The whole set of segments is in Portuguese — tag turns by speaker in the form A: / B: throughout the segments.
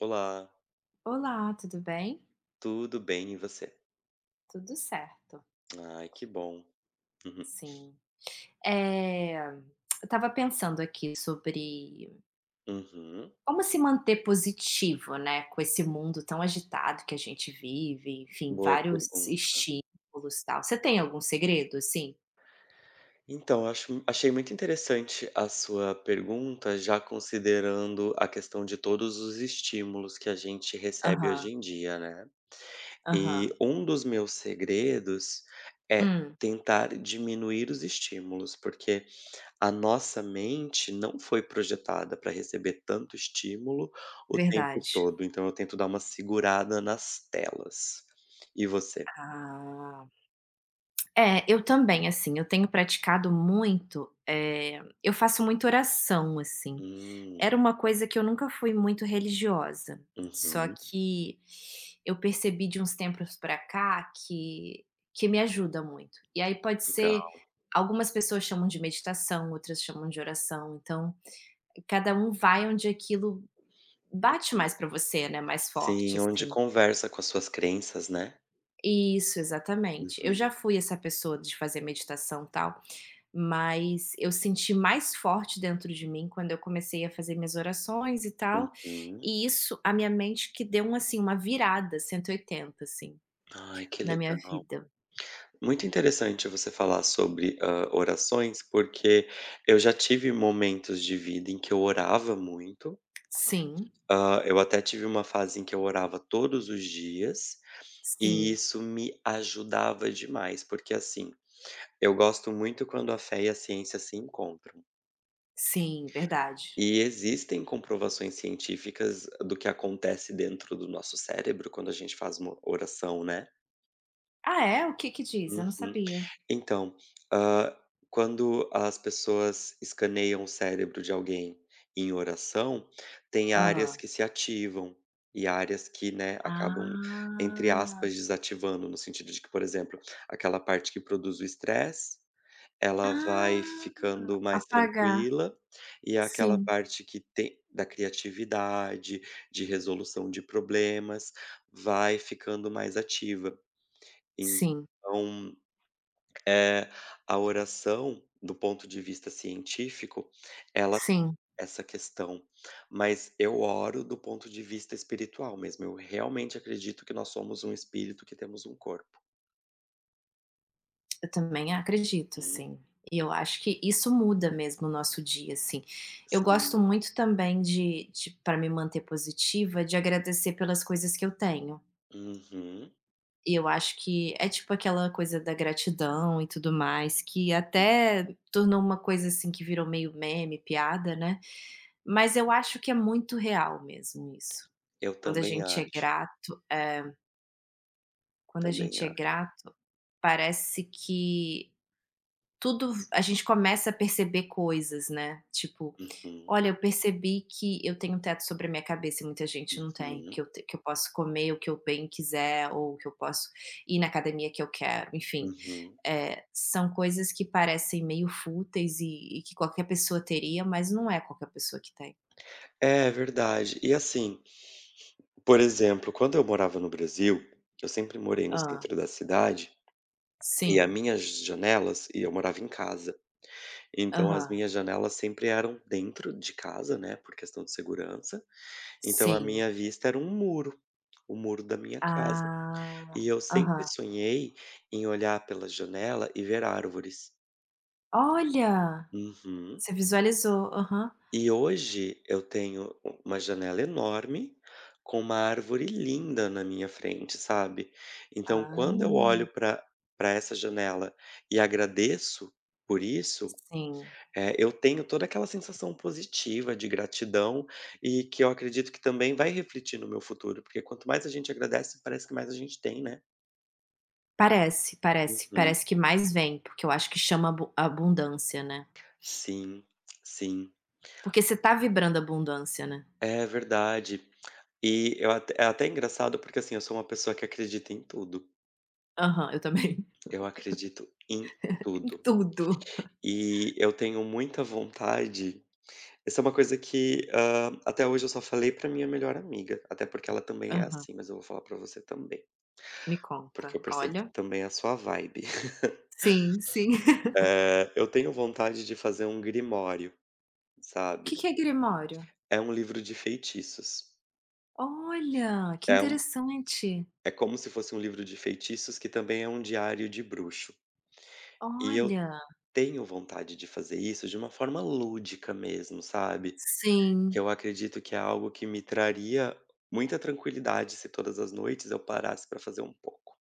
A: Olá,
B: Olá, tudo bem?
A: tudo bem e você?
B: Tudo certo,
A: Ai, que bom. Uhum,
B: sim. Eu estava pensando aqui sobre
A: uhum.
B: como se manter positivo, né, com esse mundo tão agitado que a gente vive, enfim,
A: Boa
B: vários
A: pergunta.
B: estímulos, e tal. Você tem algum segredo, assim?
A: Então, acho achei muito interessante a sua pergunta, já considerando a questão de todos os estímulos que a gente recebe
B: Aham,
A: hoje em dia, né.
B: aham.
A: E um dos meus segredos é
B: Hum,
A: tentar diminuir os estímulos, porque a nossa mente não foi projetada para receber tanto estímulo o tempo
B: verdade.
A: todo, então eu tento dar uma segurada nas telas. E você?
B: Ah. É, eu também, assim, eu tenho praticado muito, eu faço muito oração, assim.
A: Hum.
B: Era uma coisa que eu nunca fui muito religiosa, só
A: Uhum.
B: que eu percebi de uns tempos pra cá que me ajuda muito. E aí pode ser
A: Legal.
B: algumas pessoas chamam de meditação, outras chamam de oração, então cada um vai onde aquilo bate mais pra você, né, mais forte,
A: Sim, onde
B: assim.
A: conversa com as suas crenças, né.
B: Isso, exatamente. Eu
A: Uhum,
B: já fui essa pessoa de fazer meditação, tal, mas eu senti mais forte dentro de mim quando eu comecei a fazer minhas orações e tal,
A: uhum.
B: e isso a minha mente que deu um, assim, uma virada 180, assim,
A: Ai, que
B: na minha
A: legal.
B: vida.
A: Muito interessante você falar sobre orações, porque eu já tive momentos de vida em que eu orava muito.
B: Sim,
A: Eu até tive uma fase em que eu orava todos os dias, e
B: sim,
A: isso me ajudava demais, porque assim, eu gosto muito quando a fé e a ciência se encontram.
B: sim, verdade.
A: E existem comprovações científicas do que acontece dentro do nosso cérebro quando a gente faz uma oração, né.
B: Ah, é? O que que diz? Eu não
A: Uhum.
B: sabia.
A: Então, hã, quando as pessoas escaneiam o cérebro de alguém em oração, tem áreas
B: Ah.
A: que se ativam e áreas que, né, acabam, entre
B: Ah.
A: aspas, "desativando", no sentido de que, por exemplo, aquela parte que produz o estresse, ela vai
B: Ah,
A: ficando mais
B: apagar.
A: tranquila, e aquela
B: Sim,
A: parte que tem da criatividade, de resolução de problemas, vai ficando mais ativa.
B: sim,
A: Então é, a oração, do ponto de vista científico, ela tem
B: sim.
A: essa questão, mas eu oro do ponto de vista espiritual mesmo, eu realmente acredito que nós somos um espírito que temos um corpo.
B: Eu também acredito,
A: Hum,
B: assim. E eu acho que isso muda mesmo o nosso dia, assim. Eu gosto
A: sim.
B: muito também de pra me manter positiva, de agradecer pelas coisas que eu tenho.
A: Uhum.
B: E eu acho que é tipo aquela coisa da gratidão e tudo mais, que até tornou uma coisa, assim, que virou meio meme, piada, né. Mas eu acho que é muito real mesmo isso.
A: Eu
B: Quando a
A: também
B: gente é
A: acho,
B: grato quando a
A: também
B: gente é
A: acho.
B: grato, parece que tudo a gente começa a perceber coisas, né, tipo:
A: Uhum,
B: "Olha, eu percebi que eu tenho um teto sobre a minha cabeça e muita gente não tem,
A: uhum,
B: que eu posso comer o que eu bem quiser ou que eu posso ir na academia que eu quero", enfim,
A: uhum.
B: são coisas que parecem meio fúteis e que qualquer pessoa teria, mas não é qualquer pessoa que tem.
A: É verdade. E assim, por exemplo, quando eu morava no Brasil, eu sempre morei no
B: Ah.
A: centro da cidade, e as
B: Sim.
A: minhas janelas e eu morava em casa. Então as
B: Aham.
A: minhas janelas sempre eram dentro de casa, né, por questão de segurança, então a
B: Sim.
A: minha vista era um muro, o muro da minha casa.
B: Ah.
A: E eu sempre
B: Aham.
A: sonhei em olhar pela janela e ver árvores.
B: Olha,
A: Uhum.
B: você visualizou. Aham.
A: E hoje eu tenho uma janela enorme, com uma árvore linda na minha frente, sabe. Então
B: Ah,
A: quando eu olho para essa janela e agradeço por isso,
B: sim.
A: é, eu tenho toda aquela sensação positiva de gratidão e que eu acredito que também vai refletir no meu futuro, porque quanto mais a gente agradece, parece que mais a gente tem, né?
B: Parece, parece.
A: Uhum.
B: Parece que mais vem, porque eu acho que chama abundância, né.
A: Sim, sim,
B: Porque você tá vibrando abundância, né.
A: é verdade. E eu até, é até engraçado porque assim, eu sou uma pessoa que acredita em tudo.
B: Aham, eu também.
A: Eu acredito em
B: Em
A: tudo.
B: tudo.
A: E eu tenho muita vontade. Essa é uma coisa que até hoje eu só falei pra minha melhor amiga, até porque ela também é
B: Aham.
A: assim, mas eu vou falar pra você também.
B: Me
A: Porque
B: conta.
A: eu percebo que
B: Olha.
A: também é a sua vibe.
B: Sim, sim.
A: Eu tenho vontade de fazer um grimório,
B: O que
A: sabe.
B: que é grimório?
A: É um livro de feitiços.
B: Olha, que
A: É um
B: interessante.
A: é como se fosse um livro de feitiços que também é um diário de bruxo. E eu
B: Olha.
A: tenho vontade de fazer isso de uma forma lúdica mesmo, sabe. Que
B: Sim.
A: eu acredito que é algo que me traria muita tranquilidade se todas as noites eu parasse para fazer um pouco.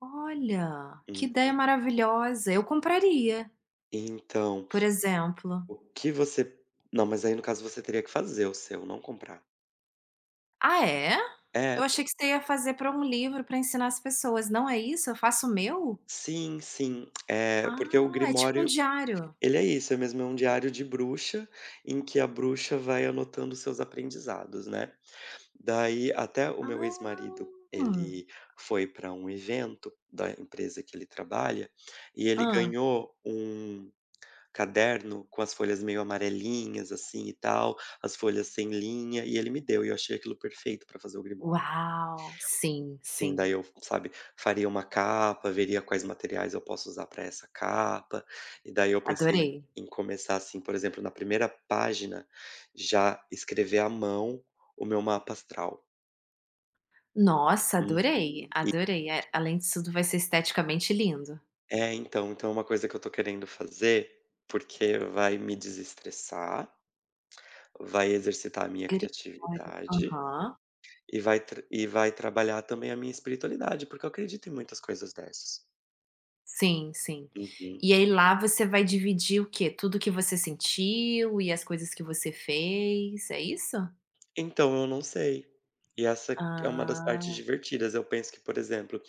B: Olha, que ideia
A: Uhum.
B: maravilhosa. Eu compraria,
A: Então,
B: por exemplo.
A: o que você não, mas aí no caso você teria que fazer o seu, não comprar.
B: Ah, é? Eu
A: É,
B: achei que você ia fazer para um livro para ensinar as pessoas. Não é isso? Eu faço o meu?
A: sim, sim. Porque o
B: Ah, é tipo um
A: Grimório,
B: diário?
A: ele é isso, é mesmo, é um diário de bruxa, em que a bruxa vai anotando seus aprendizados, né. Daí até o meu
B: Ah.
A: ex-marido, ele foi para um evento da empresa que ele trabalha, e ele
B: Hã.
A: ganhou um caderno com as folhas meio amarelinhas, assim, e tal, as folhas sem linha, e ele me deu, e eu achei aquilo perfeito para fazer o Grimório.
B: Uau! Sim,
A: Sim, daí
B: sim.
A: eu, sabe, faria uma capa, veria quais materiais eu posso usar para essa capa, e daí eu pensei
B: Adorei.
A: em começar assim, por exemplo, na primeira página, já escrever à mão o meu mapa astral.
B: Nossa, adorei,
A: Uhum. E
B: adorei. Além disso tudo vai ser esteticamente lindo.
A: é, então é uma coisa que eu tô querendo fazer, porque vai me desestressar, vai exercitar a minha
B: Grisalho.
A: criatividade
B: Aham.
A: e vai trabalhar também a minha espiritualidade, porque eu acredito em muitas coisas dessas.
B: Sim, sim.
A: Uhum.
B: E aí lá você vai dividir o quê? Tudo que você sentiu e as coisas que você fez, é isso?
A: Então, eu não sei. E essa é uma das partes
B: Ah.
A: divertidas. Eu penso que, por exemplo,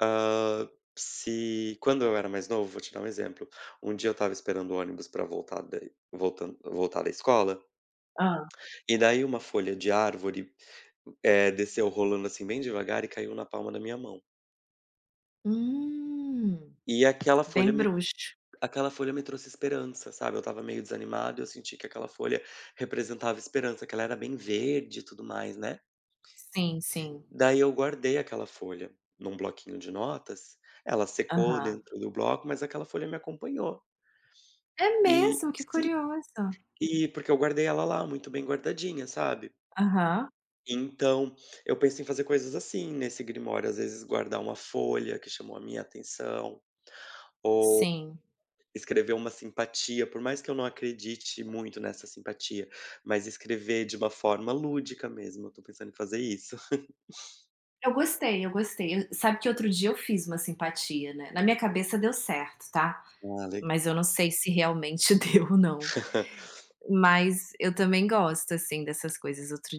A: ah, se quando eu era mais novo, vou te dar um exemplo. Um dia eu estava esperando o ônibus para voltar da escola,
B: Hã.
A: e daí uma folha de árvore, desceu rolando, assim, bem devagar e caiu na palma da minha mão.
B: Hum,
A: E
B: bem bruxo.
A: aquela folha me trouxe esperança, sabe. Eu estava meio desanimado, eu senti que aquela folha representava esperança, que ela era bem verde e tudo mais, né.
B: Sim, sim.
A: Daí eu guardei aquela folha num bloquinho de notas, ela secou
B: Aham.
A: dentro do bloco, mas aquela folha me acompanhou.
B: É
A: E
B: mesmo? Que
A: sim,
B: curioso.
A: e porque eu guardei ela lá, muito bem guardadinha, sabe.
B: Aham,
A: Então, eu penso em fazer coisas assim nesse Grimório, às vezes guardar uma folha que chamou a minha atenção, ou
B: sim.
A: escrever uma simpatia, por mais que eu não acredite muito nessa simpatia, mas escrever de uma forma lúdica mesmo, eu tô pensando em fazer isso.
B: Eu gostei, eu gostei. Eu sabe que outro dia eu fiz uma simpatia, né, na minha cabeça deu certo, tá,
A: Ah, legal.
B: mas eu não sei se realmente deu ou não. Mas eu também gosto, assim, dessas coisas. Outro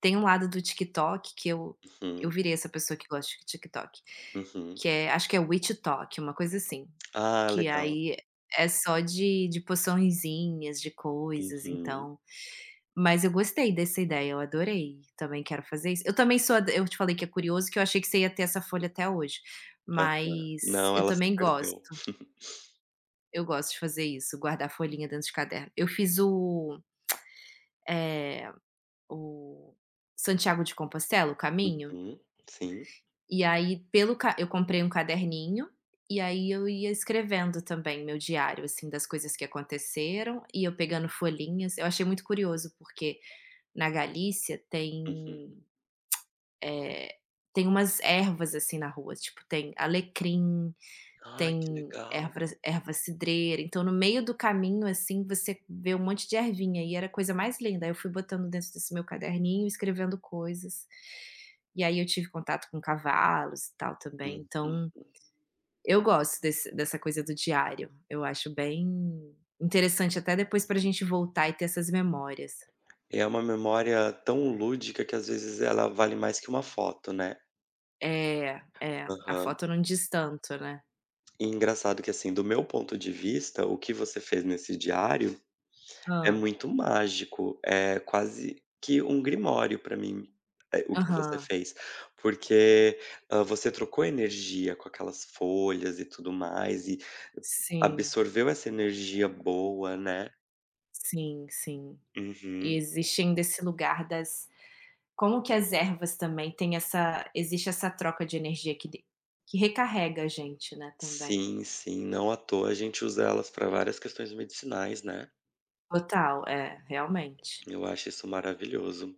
B: Tem um lado do TikTok que eu
A: Uhum,
B: virei essa pessoa que gosta de TikTok,
A: uhum.
B: que é acho que é witch talk, uma coisa assim,
A: Ah,
B: que
A: legal.
B: aí é só de poçõezinhas, de coisas,
A: Uhum.
B: então. Mas eu gostei dessa ideia, eu adorei. Também quero fazer isso. Eu também sou ad eu te falei que é curioso, que eu achei que você ia ter essa folha até hoje,
A: Aham.
B: mas
A: Não,
B: eu
A: ela se
B: também
A: perdeu.
B: gosto. Eu gosto de fazer isso, guardar folhinha dentro de caderno. Eu fiz o Santiago de Compostela, o caminho,
A: Uhum. Sim.
B: e aí pelo ca eu comprei um caderninho, e aí eu ia escrevendo também meu diário, assim, das coisas que aconteceram, e eu pegando folhinhas. Eu achei muito curioso, porque na Galícia tem
A: Uhum.
B: eh, tem umas ervas, assim, na rua, tipo, tem alecrim,
A: Ai, que
B: tem
A: legal.
B: erva cidreira, então no meio do caminho, assim, você vê um monte de ervinha e era a coisa mais linda, aí eu fui botando dentro desse meu caderninho, escrevendo coisas, e aí eu tive contato com cavalos e tal também,
A: Uhum.
B: então eu gosto desse dessa coisa do diário, eu acho bem interessante até depois pra gente voltar e ter essas memórias.
A: É uma memória tão lúdica que às vezes ela vale mais que uma foto, né.
B: É, é, a
A: Aham.
B: foto não diz tanto, né.
A: E engraçado que, assim, do meu ponto de vista, o que você fez nesse diário é
B: Ah.
A: muito mágico, é quase que um grimório pra mim, o que você
B: Aham.
A: fez, porque, você trocou energia com aquelas folhas e tudo mais,
B: Sim,
A: absorveu essa energia boa, né.
B: sim, sim. E
A: Uhum.
B: existe ainda esse lugar das como que as ervas também têm essa existe essa troca de energia que recarrega a gente, né, também.
A: Sim, sim, não à toa a gente usa elas para várias questões medicinais, né.
B: Total, é, realmente.
A: Eu acho isso maravilhoso.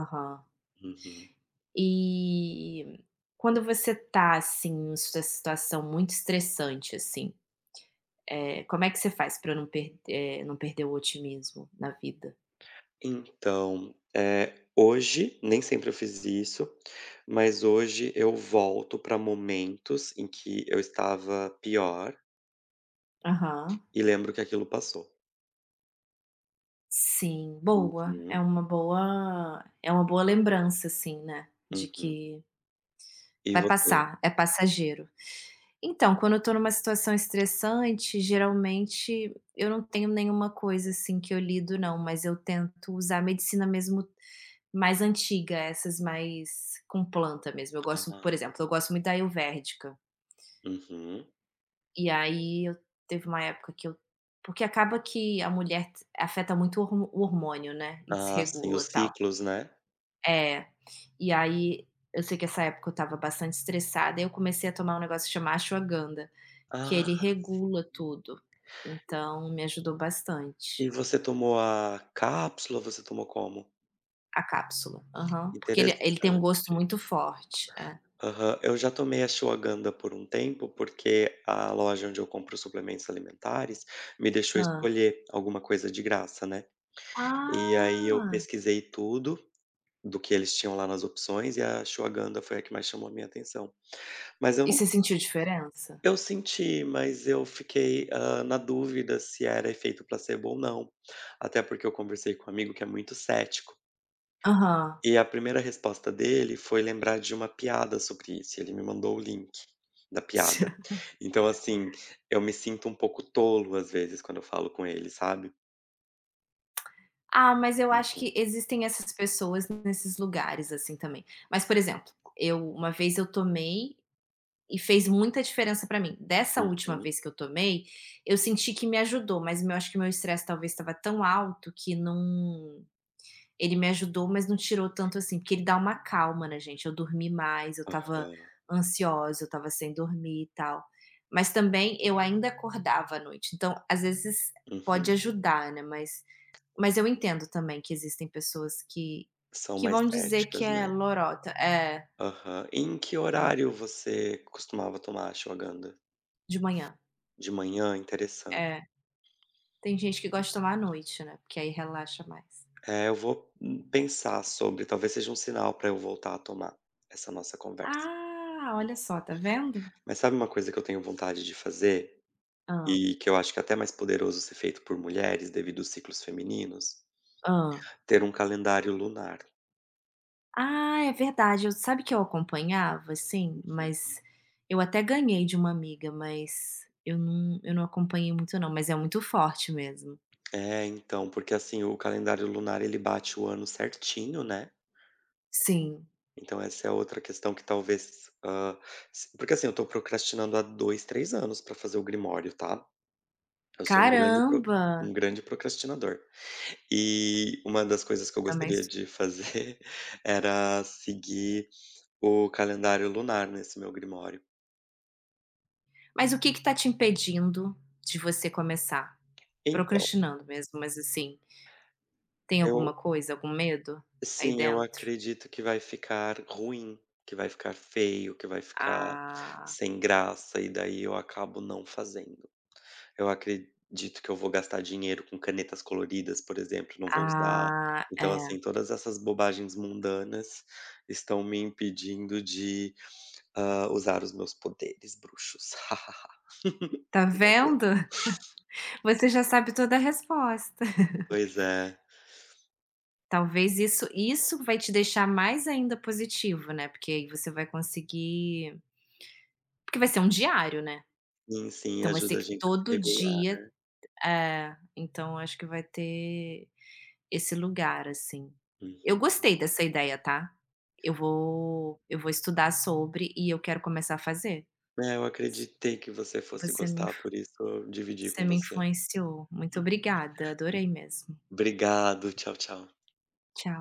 B: Aham.
A: Uhum.
B: E quando você tá, assim, em uma situação muito estressante, assim, como é que você faz pra não perder o otimismo na vida?
A: Então, hoje, nem sempre eu fiz isso, mas hoje eu volto para momentos em que eu estava pior
B: Aham.
A: e lembro que aquilo passou.
B: Sim, boa.
A: Uhum,
B: É uma boa lembrança, assim, né, de
A: uhum.
B: que
A: E
B: vai
A: você?
B: passar, é passageiro. Então, quando eu estou numa situação estressante, geralmente eu não tenho nenhuma coisa, assim, que eu lido não, mas eu tento usar a medicina mesmo mais antiga, essas mais com planta mesmo. Eu gosto, por
A: Ah,
B: exemplo, eu
A: sim.
B: gosto muito da ayurvédica,
A: Uhum.
B: e aí eu teve uma época que eu porque acaba que a mulher afeta muito o hormo o hormônio, né, e
A: Ah, sim, os
B: desregula, tal.
A: ciclos, né?
B: É. E aí, eu sei que essa época eu estava bastante estressada, e eu comecei a tomar um negócio que chama ashwagandha, que
A: Ah,
B: ele regula tudo. Então, me ajudou
A: e
B: bastante.
A: você tomou a cápsula, você tomou como?
B: A cápsula. Aham. Porque ele tem um
A: Interessante.
B: gosto muito forte. É.
A: Aham. Eu já tomei a Ashwagandha por um tempo, porque a loja onde eu compro suplementos alimentares me deixou
B: Hã.
A: escolher alguma coisa de graça, né. E aí eu
B: Ah!
A: pesquisei tudo, do que eles tinham lá nas opções, e a Ashwagandha foi a que mais chamou a minha atenção. Mas eu
B: E
A: não
B: você sentiu diferença?
A: eu senti, mas eu fiquei, na dúvida se era efeito placebo ou não, até porque eu conversei com um amigo que é muito cético.
B: Aham.
A: E a primeira resposta dele foi lembrar de uma piada sobre isso, ele me mandou o link da piada. Então, assim, eu me sinto um pouco tolo, às vezes, quando eu falo com ele, sabe.
B: Ah, mas eu acho
A: Uhum,
B: que existem essas pessoas nesses lugares, assim, também. Mas, por exemplo, eu uma vez eu tomei e fez muita diferença para mim. Dessa última
A: uhum,
B: vez que eu tomei, eu senti que me ajudou, mas eu acho que meu estresse talvez estava tão alto que não. Ele me ajudou, mas não tirou tanto assim, porque ele dá uma calma na gente. Eu dormi mais, eu estava
A: aham,
B: ansiosa, eu estava sem dormir e tal. Mas também eu ainda acordava à noite. Então, às vezes pode
A: uhum.
B: ajudar, né? Mas, eu entendo também que existem pessoas
A: São
B: que
A: mais
B: vão dizer que
A: céticas,
B: é
A: né.
B: lorota, é
A: Aham. E em que
B: eu-
A: horário você costumava tomar ashwagandha?
B: de manhã.
A: De manhã? Interessante.
B: É, tem gente que gosta de tomar à noite, né, porque aí relaxa mais.
A: É, eu vou, pensar sobre, talvez seja um sinal para eu voltar a tomar, essa nossa conversa.
B: Ah, olha só, tá vendo?
A: Mas sabe uma coisa que eu tenho vontade de fazer?
B: Hã,
A: E que eu acho que é até mais poderoso ser feito por mulheres, devido aos ciclos femininos,
B: hã.
A: ter um calendário lunar.
B: Ah, é verdade, eu sabe que eu acompanhava, assim,
A: Uhum.
B: mas eu até ganhei de uma amiga, mas eu não acompanhei muito não, mas é muito forte mesmo.
A: É, então, porque assim, o calendário lunar ele bate o ano certinho, né.
B: Sim.
A: Então essa é outra questão que talvez, se porque assim, eu tô procrastinando há 2 3 anos pra fazer o Grimório, tá. Eu sou um grande pro
B: Caramba!
A: um grande procrastinador. E uma das coisas que
B: Eu
A: eu
B: também
A: gostaria
B: sou.
A: de fazer era seguir o calendário lunar nesse meu Grimório.
B: Mas o que que tá te impedindo de você começar?
A: Então,
B: Procrastinando mesmo, mas assim, tem alguma
A: eu
B: coisa, algum medo aí
A: sim, eu
B: dentro?
A: acredito que vai ficar ruim, que vai ficar feio, que vai ficar
B: Ah.
A: sem graça, e daí eu acabo não fazendo. Eu acredito que eu vou gastar dinheiro com canetas coloridas, por exemplo, não vou usar.
B: Ah,
A: Então,
B: é.
A: assim, todas essas bobagens mundanas estão me impedindo de, usar os meus poderes bruxos.
B: Tá vendo? Você já sabe toda a resposta.
A: Pois é.
B: Talvez isso vai te deixar mais ainda positivo, né, porque aí você vai conseguir porque vai ser um diário, né.
A: Sim, sim,
B: Então vai ser
A: ajuda a
B: que
A: gente a se
B: todo
A: regular.
B: dia é, então acho que vai ter esse lugar, assim. Eu
A: Uhum.
B: gostei dessa ideia, tá. Eu vou estudar sobre e eu quero começar a fazer.
A: É, eu acreditei que você fosse
B: Você me
A: gostar,
B: inf-
A: por isso eu dividi
B: você
A: com
B: me
A: você.
B: influenciou. Muito obrigada, adorei mesmo.
A: Obrigado, tchau, tchau.
B: Tchau.